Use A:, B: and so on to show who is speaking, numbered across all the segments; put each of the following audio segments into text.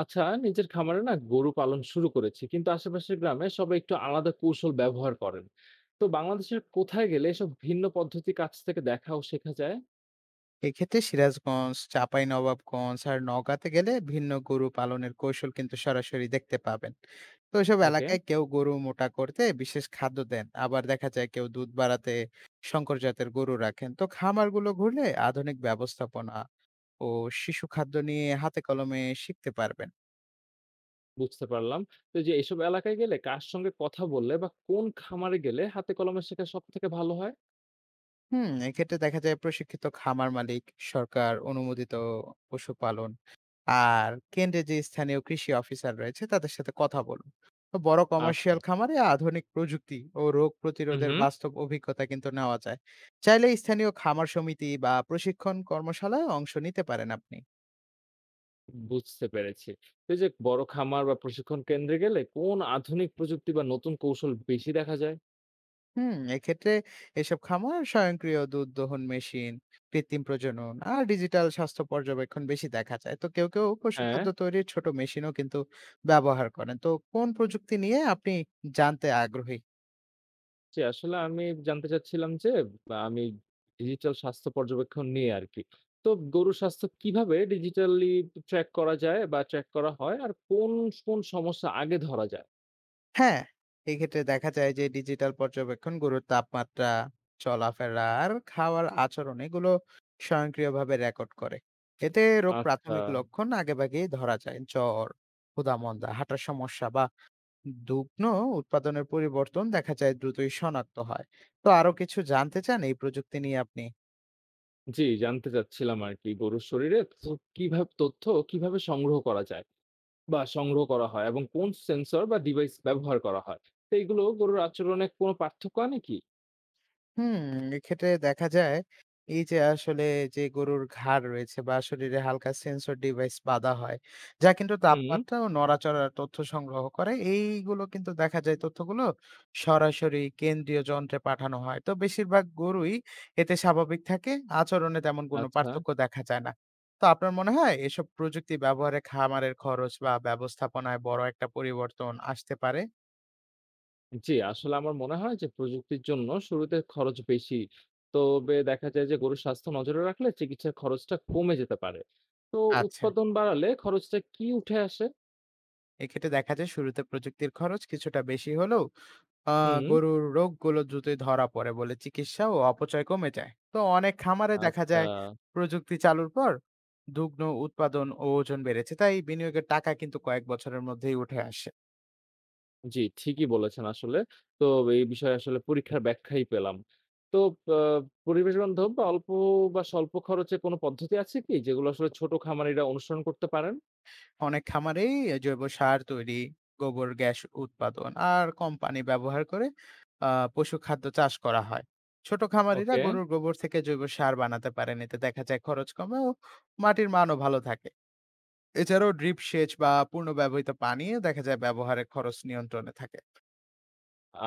A: আচ্ছা, নিজের খামারে না গরু পালন শুরু করেছি কিন্তু আশেপাশের গ্রামে সবাই একটু আলাদা কৌশল ব্যবহার করেন। তো বাংলাদেশের কোথায় গেলে এসব ভিন্ন পদ্ধতি কাছ থেকে দেখা ও শেখা যায়?
B: এক্ষেত্রে সিরাজগঞ্জ, চাঁপাইনবাবগঞ্জ আর নওগাঁতে গেলে ভিন্ন গরু পালনের কৌশল কিন্তু সরাসরি দেখতে পাবেন। তো এসব
A: ওকে,
B: এলাকায় কেউ গরু মোটা করতে বিশেষ খাদ্য দেন, আবার দেখা যায় কেউ দুধ বাড়াতে শঙ্কর জাতের গরু রাখেন। তো খামারগুলো ঘুরলে আধুনিক ব্যবস্থাপনা ও শিশু খাদ্য নিয়ে হাতে কলমে শিখতে পারবেন।
A: বুঝতে পারলাম। তো এই যে এসব এলাকায় গেলে কার সঙ্গে কথা বললে বা কোন খামারে গেলে হাতে কলমে শেখা সব থেকে ভালো হয়?
B: হুম, এক্ষেত্রে দেখা যায় প্রশিক্ষিত খামার মালিক, সরকার অনুমোদিত পশুপালন আর কেন্দ্রে যে স্থানীয় কৃষি অফিসার রয়েছে তাদের সাথে কথা বলুন। তো বড়
A: আচ্ছা।
B: কমার্শিয়াল খামারে আধুনিক প্রযুক্তি ও রোগ
A: হুম
B: প্রতিরোধের
A: হুম
B: বাস্তব অভিজ্ঞতা কিন্তু নেওয়া যায়। চাইলে স্থানীয় খামার সমিতি বা প্রশিক্ষণ কর্মশালায় অংশ নিতে পারেন আপনি।
A: বুঝতে পেরেছি। তো এই যে বড় খামার বা প্রশিক্ষণ কেন্দ্রে গেলে কোন আধুনিক প্রযুক্তি বা নতুন কৌশল বেশি দেখা যায়?
B: হুম, এক্ষেত্রে এসব খামার স্বয়ংক্রিয় দুধ দহন মেশিন, কৃত্রিম প্রজনন আর ডিজিটাল স্বাস্থ্য পর্যবেক্ষণ বেশি দেখা যায়। তো কেউ কেউ পশু
A: হ্যাঁ।
B: খাদ্য তৈরির ছোট মেশিনও কিন্তু ব্যবহার করেন। তো কোন প্রযুক্তি নিয়ে আপনি জানতে আগ্রহী?
A: জি, আসলে আমি জানতে চাচ্ছিলাম যে, বা আমি ডিজিটাল স্বাস্থ্য পর্যবেক্ষণ নিয়ে আরকি। তো গরুর স্বাস্থ্য কিভাবে ডিজিটালি ট্র্যাক করা যায় বা ট্র্যাক করা হয়? আর কোন, কোন সমস্যা আগে ধরা যায়?
B: হ্যাঁ, এক্ষেত্রে দেখা যায় যে ডিজিটাল পর্যবেক্ষণ গরুর তাপমাত্রা, চলাফেরা আর খাওয়ার আচরণ এগুলো স্বয়ংক্রিয়ভাবে রেকর্ড করে। এতে রোগ
A: আচ্ছা।
B: প্রাথমিক লক্ষণ আগেভাগেই ধরা যায়। জ্বর, ক্ষুধা মন্দা, হাঁটার সমস্যা বা দুগ্ন উৎপাদনের পরিবর্তন দেখা যায় দ্রুতই শনাক্ত হয়। তো আরো কিছু জানতে চান এই প্রযুক্তি নিয়ে আপনি?
A: জি, জানতে চাচ্ছিলাম আরকি গরুর শরীরে তো কিভাবে তথ্য কিভাবে সংগ্রহ করা যায় বা সংগ্রহ করা হয় এবং কোন সেন্সর বা ডিভাইস ব্যবহার করা হয়? তো এগুলো গরুর আচরণে কোনো পার্থক্য আনে কি?
B: হুম, এক্ষেত্রে দেখা যায় এই যে আসলে যে গরুর ঘাড় রয়েছে বা শরীরে হালকা সেন্সর ডিভাইস বাঁধা হয়, যা কিন্তু
A: হুম,
B: তাপমাত্রা ও নড়াচড়ার তথ্য সংগ্রহ করে। এইগুলো কিন্তু দেখা যায় তথ্যগুলো সরাসরি কেন্দ্রীয় যন্ত্রে পাঠানো হয়। তো বেশিরভাগ গরুই এতে স্বাভাবিক থাকে, আচরণে তেমন কোনো
A: আচ্ছা।
B: পার্থক্য দেখা যায় না। তো আপনার মনে হয় এসব প্রযুক্তি ব্যবহারে খামারের খরচ বা ব্যবস্থাপনায় বড় একটা পরিবর্তন আসতে পারে?
A: জি, আসলে আমার মনে হয় যে প্রযুক্তির জন্য শুরুতে খরচ বেশি। তবে দেখা যায় যে গরুর স্বাস্থ্য নজরে রাখলে চিকিৎসার খরচটা কমে যেতে পারে। তো
B: আচ্ছা,
A: উৎপাদন বাড়ালে খরচটা কি উঠে আসে?
B: এক্ষেত্রে দেখা যায় শুরুতে প্রযুক্তির খরচ কিছুটা বেশি হলেও
A: হুম।
B: গরুর রোগগুলো দ্রুতই ধরা পড়ে বলে চিকিৎসা ও অপচয় কমে যায়। তো অনেক খামারে দেখা
A: আচ্ছা,
B: যায় প্রযুক্তি চালুর পর দুগ্ন উৎপাদন ও ওজন বেড়েছে, তাই বিনিয়োগের টাকা কিন্তু কয়েক বছরের মধ্যেই উঠে আসে।
A: জি, ঠিকই বলেছেন আসলে। তো এই বিষয়ে আসলে পরীক্ষার ব্যাখ্যাই পেলাম। তো আ পরিবেশ বান্ধব বা অল্প বা স্বল্প খরচে কোনো পদ্ধতি আছে কি যেগুলো আসলে ছোট খামারিরা অনুসরণ করতে পারেন?
B: অনেক খামারেই জৈব সার তৈরি, গোবর গ্যাস উৎপাদন আর কম পানি ব্যবহার করে পশু খাদ্য চাষ করা হয়। ছোট খামারিরা
A: ওকে।
B: গরুর গোবর থেকে জৈব সার বানাতে পারেন, এতে দেখা যায় খরচ কমে ও মাটির মানও ভালো থাকে। এছাড়াও ড্রিপ সেচ বা পুনর্ব্যবহৃত পানি দেখা যায় ব্যবহারের খরচ নিয়ন্ত্রণে থাকে।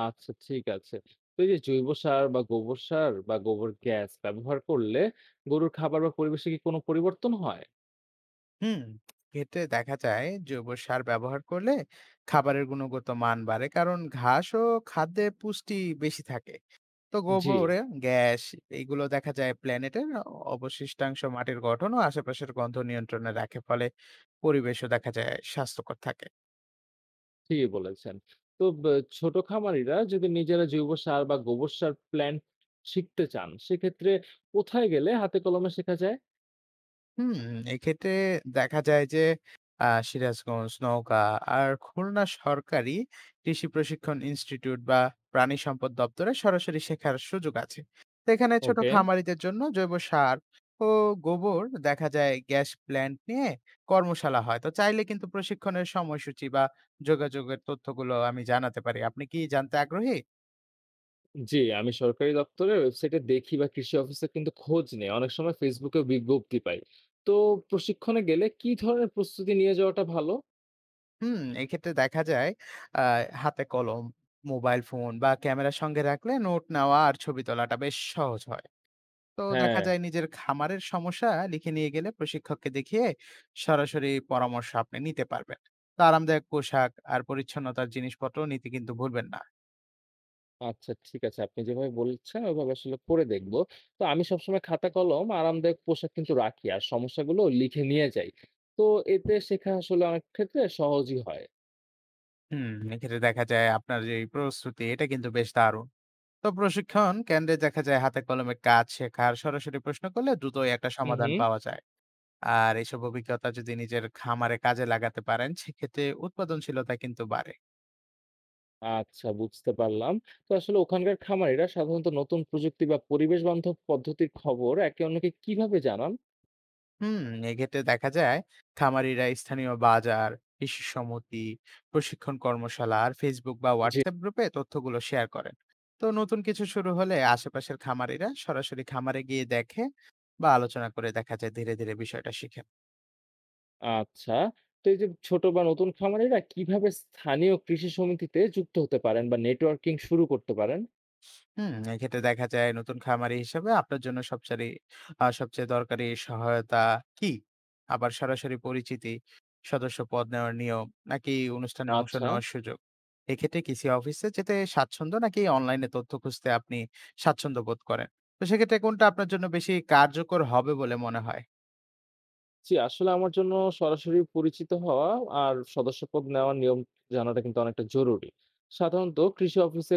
A: আচ্ছা, ঠিক আছে। তো এই যে জৈব সার বা গোবর সার বা গোবর গ্যাস ব্যবহার করলে গরুর খাবার বা পরিবেশে কি কোনো পরিবর্তন হয়?
B: হুম, ক্ষেত্রে দেখা যায় জৈব সার ব্যবহার করলে খাবারের গুণগত মান বাড়ে, কারণ ঘাস ও খাদ্যে পুষ্টি বেশি থাকে। তো
A: জি,
B: গোবরে গ্যাস, এইগুলো দেখা যায় প্ল্যানেটের অবশিষ্টাংশ মাটির গঠন ও আশেপাশের গন্ধ নিয়ন্ত্রণে রাখে, ফলে পরিবেশও দেখা যায় স্বাস্থ্যকর থাকে।
A: ঠিকই বলেছেন। তো ছোট খামারিরা যদি নিজেরা জৈব সার বা গোবর সার প্ল্যান্ট শিখতে চান, সেক্ষেত্রে কোথায় গেলে হাতে কলমে শেখা যায়?
B: হুম, এক্ষেত্রে দেখা যায় যে সিরাজগঞ্জ, নওগাঁ আর খুলনা সরকারি কৃষি প্রশিক্ষণ ইনস্টিটিউট বা প্রাণী সম্পদ দপ্তরে সরাসরি শেখার সুযোগ আছে। তো এখানে ছোট
A: ওকে।
B: খামারিদের জন্য জৈব সার ও গোবর দেখা যায় গ্যাস প্ল্যান্ট নিয়ে কর্মশালা হয়। তো চাইলে কিন্তু প্রশিক্ষণের সময়সূচি বা যোগাযোগের তথ্যগুলো আমি জানাতে পারি। আপনি কি জানতে আগ্রহী?
A: জি, আমি সরকারি দপ্তরের ওয়েবসাইটে দেখি বা কৃষি অফিসে কিন্তু খোঁজ নেই। অনেক সময় ফেসবুকেও বিজ্ঞপ্তি পাই। তো প্রশিক্ষণে গেলে কি ধরনের প্রস্তুতি নিয়ে যাওয়াটা ভালো?
B: হুম, এক্ষেত্রে দেখা যায় আ হাতে কলম, মোবাইল ফোন বা ক্যামেরার সঙ্গে রাখলে নোট নেওয়া আর ছবি তোলাটা বেশ সহজ হয়। তো
A: হ্যাঁ।
B: দেখা যায় নিজের খামারের সমস্যা লিখে নিয়ে গেলে প্রশিক্ষককে দেখিয়ে সরাসরি পরামর্শ আপনি নিতে পারবেন। তো আরামদায়ক পোশাক আর পরিচ্ছন্নতার জিনিসপত্র নিতে কিন্তু ভুলবেন না।
A: আচ্ছা, ঠিক আছে। আপনি যেভাবে বলছেন ওইভাবে আসলে করে দেখব। তো আমি সবসময় খাতা কলম, আরামদায়ক পোশাক কিন্তু রাখি আর সমস্যাগুলো লিখে নিয়ে যাই। তো এতে শেখা আসলে অনেক ক্ষেত্রে সহজই হয়।
B: হুম, এক্ষেত্রে দেখা যায় আপনার যে প্রস্তুতি এটা কিন্তু বেশ দারুণ। তো প্রশিক্ষণ কেন্দ্রে দেখা যায় হাতে কলমে কাজ শেখার সরাসরি প্রশ্ন করলে দ্রুতই একটা
A: হুম,
B: সমাধান
A: হুম।
B: পাওয়া যায়। আর এসব অভিজ্ঞতা যদি নিজের খামারে কাজে লাগাতে পারেন, সেক্ষেত্রে উৎপাদনশীলতা কিন্তু বাড়ে।
A: আচ্ছা, বুঝতে পারলাম। তো আসলে ওখানকার খামারিরা সাধারণত নতুন প্রযুক্তি বা পরিবেশ বান্ধব পদ্ধতির খবর একে অন্যকে কিভাবে জানান?
B: হুম, এক্ষেত্রে দেখা যায় খামারিরা স্থানীয় বাজার, কৃষি সমিতি, প্রশিক্ষণ কর্মশালা আর ফেসবুক বা
A: জি।
B: হোয়াটসঅ্যাপ গ্রুপে তথ্যগুলো শেয়ার করেন। তো নতুন কিছু শুরু হলে আশেপাশের খামারিরা সরাসরি খামারে গিয়ে দেখে বা আলোচনা করে দেখা যায় ধীরে ধীরে বিষয়টা শিখে।
A: আচ্ছা। তো এই যে ছোট বা নতুন খামারিরা কিভাবে স্থানীয় কৃষি সমিতিতে যুক্ত হতে পারেন বা নেটওয়ার্কিং শুরু করতে পারেন?
B: হুম, এক্ষেত্রে দেখা যায় নতুন খামারি হিসেবে আপনার জন্য সবচারি আ সবচেয়ে দরকারি সহায়তা কি? আবার সরাসরি পরিচিতি, সদস্য পদ নেওয়ার নিয়ম, নাকি অনুষ্ঠানে অংশ
A: আচ্ছা।
B: নেওয়ার সুযোগ? এক্ষেত্রে কৃষি অফিসে যেতে স্বাচ্ছন্দ্য নাকি অনলাইনে তথ্য খুঁজতে আপনি স্বাচ্ছন্দ্য বোধ করেন? তো সেক্ষেত্রে কোনটা আপনার জন্য বেশি কার্যকর হবে বলে মনে হয়?
A: জি, আসলে আমার জন্য সরাসরি পরিচিত হওয়া আর সদস্যপদ নেওয়ার নিয়ম জানাটা কিন্তু অনেকটা জরুরি। সাধারণত কৃষি অফিসে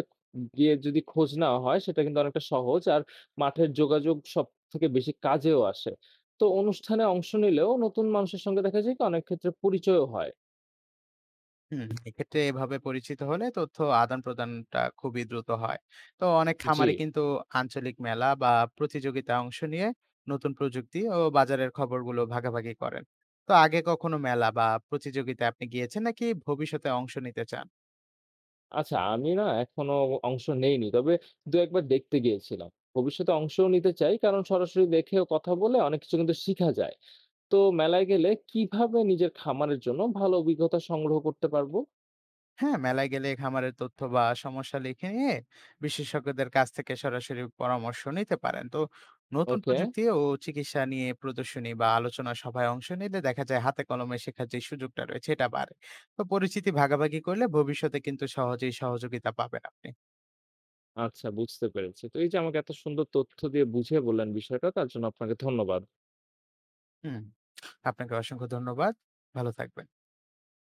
A: গিয়ে যদি খোঁজ নেওয়া হয় সেটা কিন্তু অনেকটা সহজ আর মাঠের যোগাযোগ সবথেকে বেশি কাজেও আসে। তো অনুষ্ঠানে অংশ নিলেও নতুন মানুষের সঙ্গে দেখা যায় কি অনেক ক্ষেত্রে পরিচয়ও হয়।
B: হুম, এক্ষেত্রে এভাবে পরিচিত হলে তথ্য আদান-প্রদানটা খুবই দ্রুত হয়। তো অনেক
A: জি।
B: খামারই কিন্তু আঞ্চলিক মেলা বা প্রতিযোগিতায় অংশ নিয়ে নতুন প্রযুক্তি ও বাজারের খবরগুলো ভাগাভাগি করেন। তো আগে কখনো মেলা বা প্রতিযোগিতায় আপনি গিয়েছেন নাকি ভবিষ্যতে অংশ নিতে চান?
A: আচ্ছা, আমি না এখনো অংশ নেইনি। তবে ২-১ বার দেখতে গিয়েছিলাম। ভবিষ্যতে অংশও নিতে চাই কারণ সরাসরি দেখেও কথা বলে অনেক কিছু কিন্তু শিখা যায়। তো মেলায় গেলে কিভাবে নিজের খামারের জন্য ভালো অভিজ্ঞতা সংগ্রহ করতে পারবো?
B: হ্যাঁ, মেলায় গেলে খামারের তথ্য বা সমস্যা লিখে নিয়ে বিশেষজ্ঞদের কাছ থেকে সরাসরি পরামর্শ নিতে পারেন। তো নতুন
A: ওকে,
B: প্রযুক্তি ও চিকিৎসা নিয়ে প্রদর্শনী বা আলোচনা সভায় অংশ নিলে দেখা যায় হাতে কলমে শেখার যে সুযোগটা রয়েছে এটা বাড়ে। তো পরিচিতি ভাগাভাগি করলে ভবিষ্যতে কিন্তু সহজেই সহযোগিতা পাবেন আপনি।
A: আচ্ছা, বুঝতে পেরেছি। তো এই যে আমাকে এত সুন্দর তথ্য দিয়ে বুঝিয়ে বললেন বিষয়টা, তার জন্য আপনাকে ধন্যবাদ।
B: হুম। আপনাকে অসংখ্য ধন্যবাদ। ভালো থাকবেন।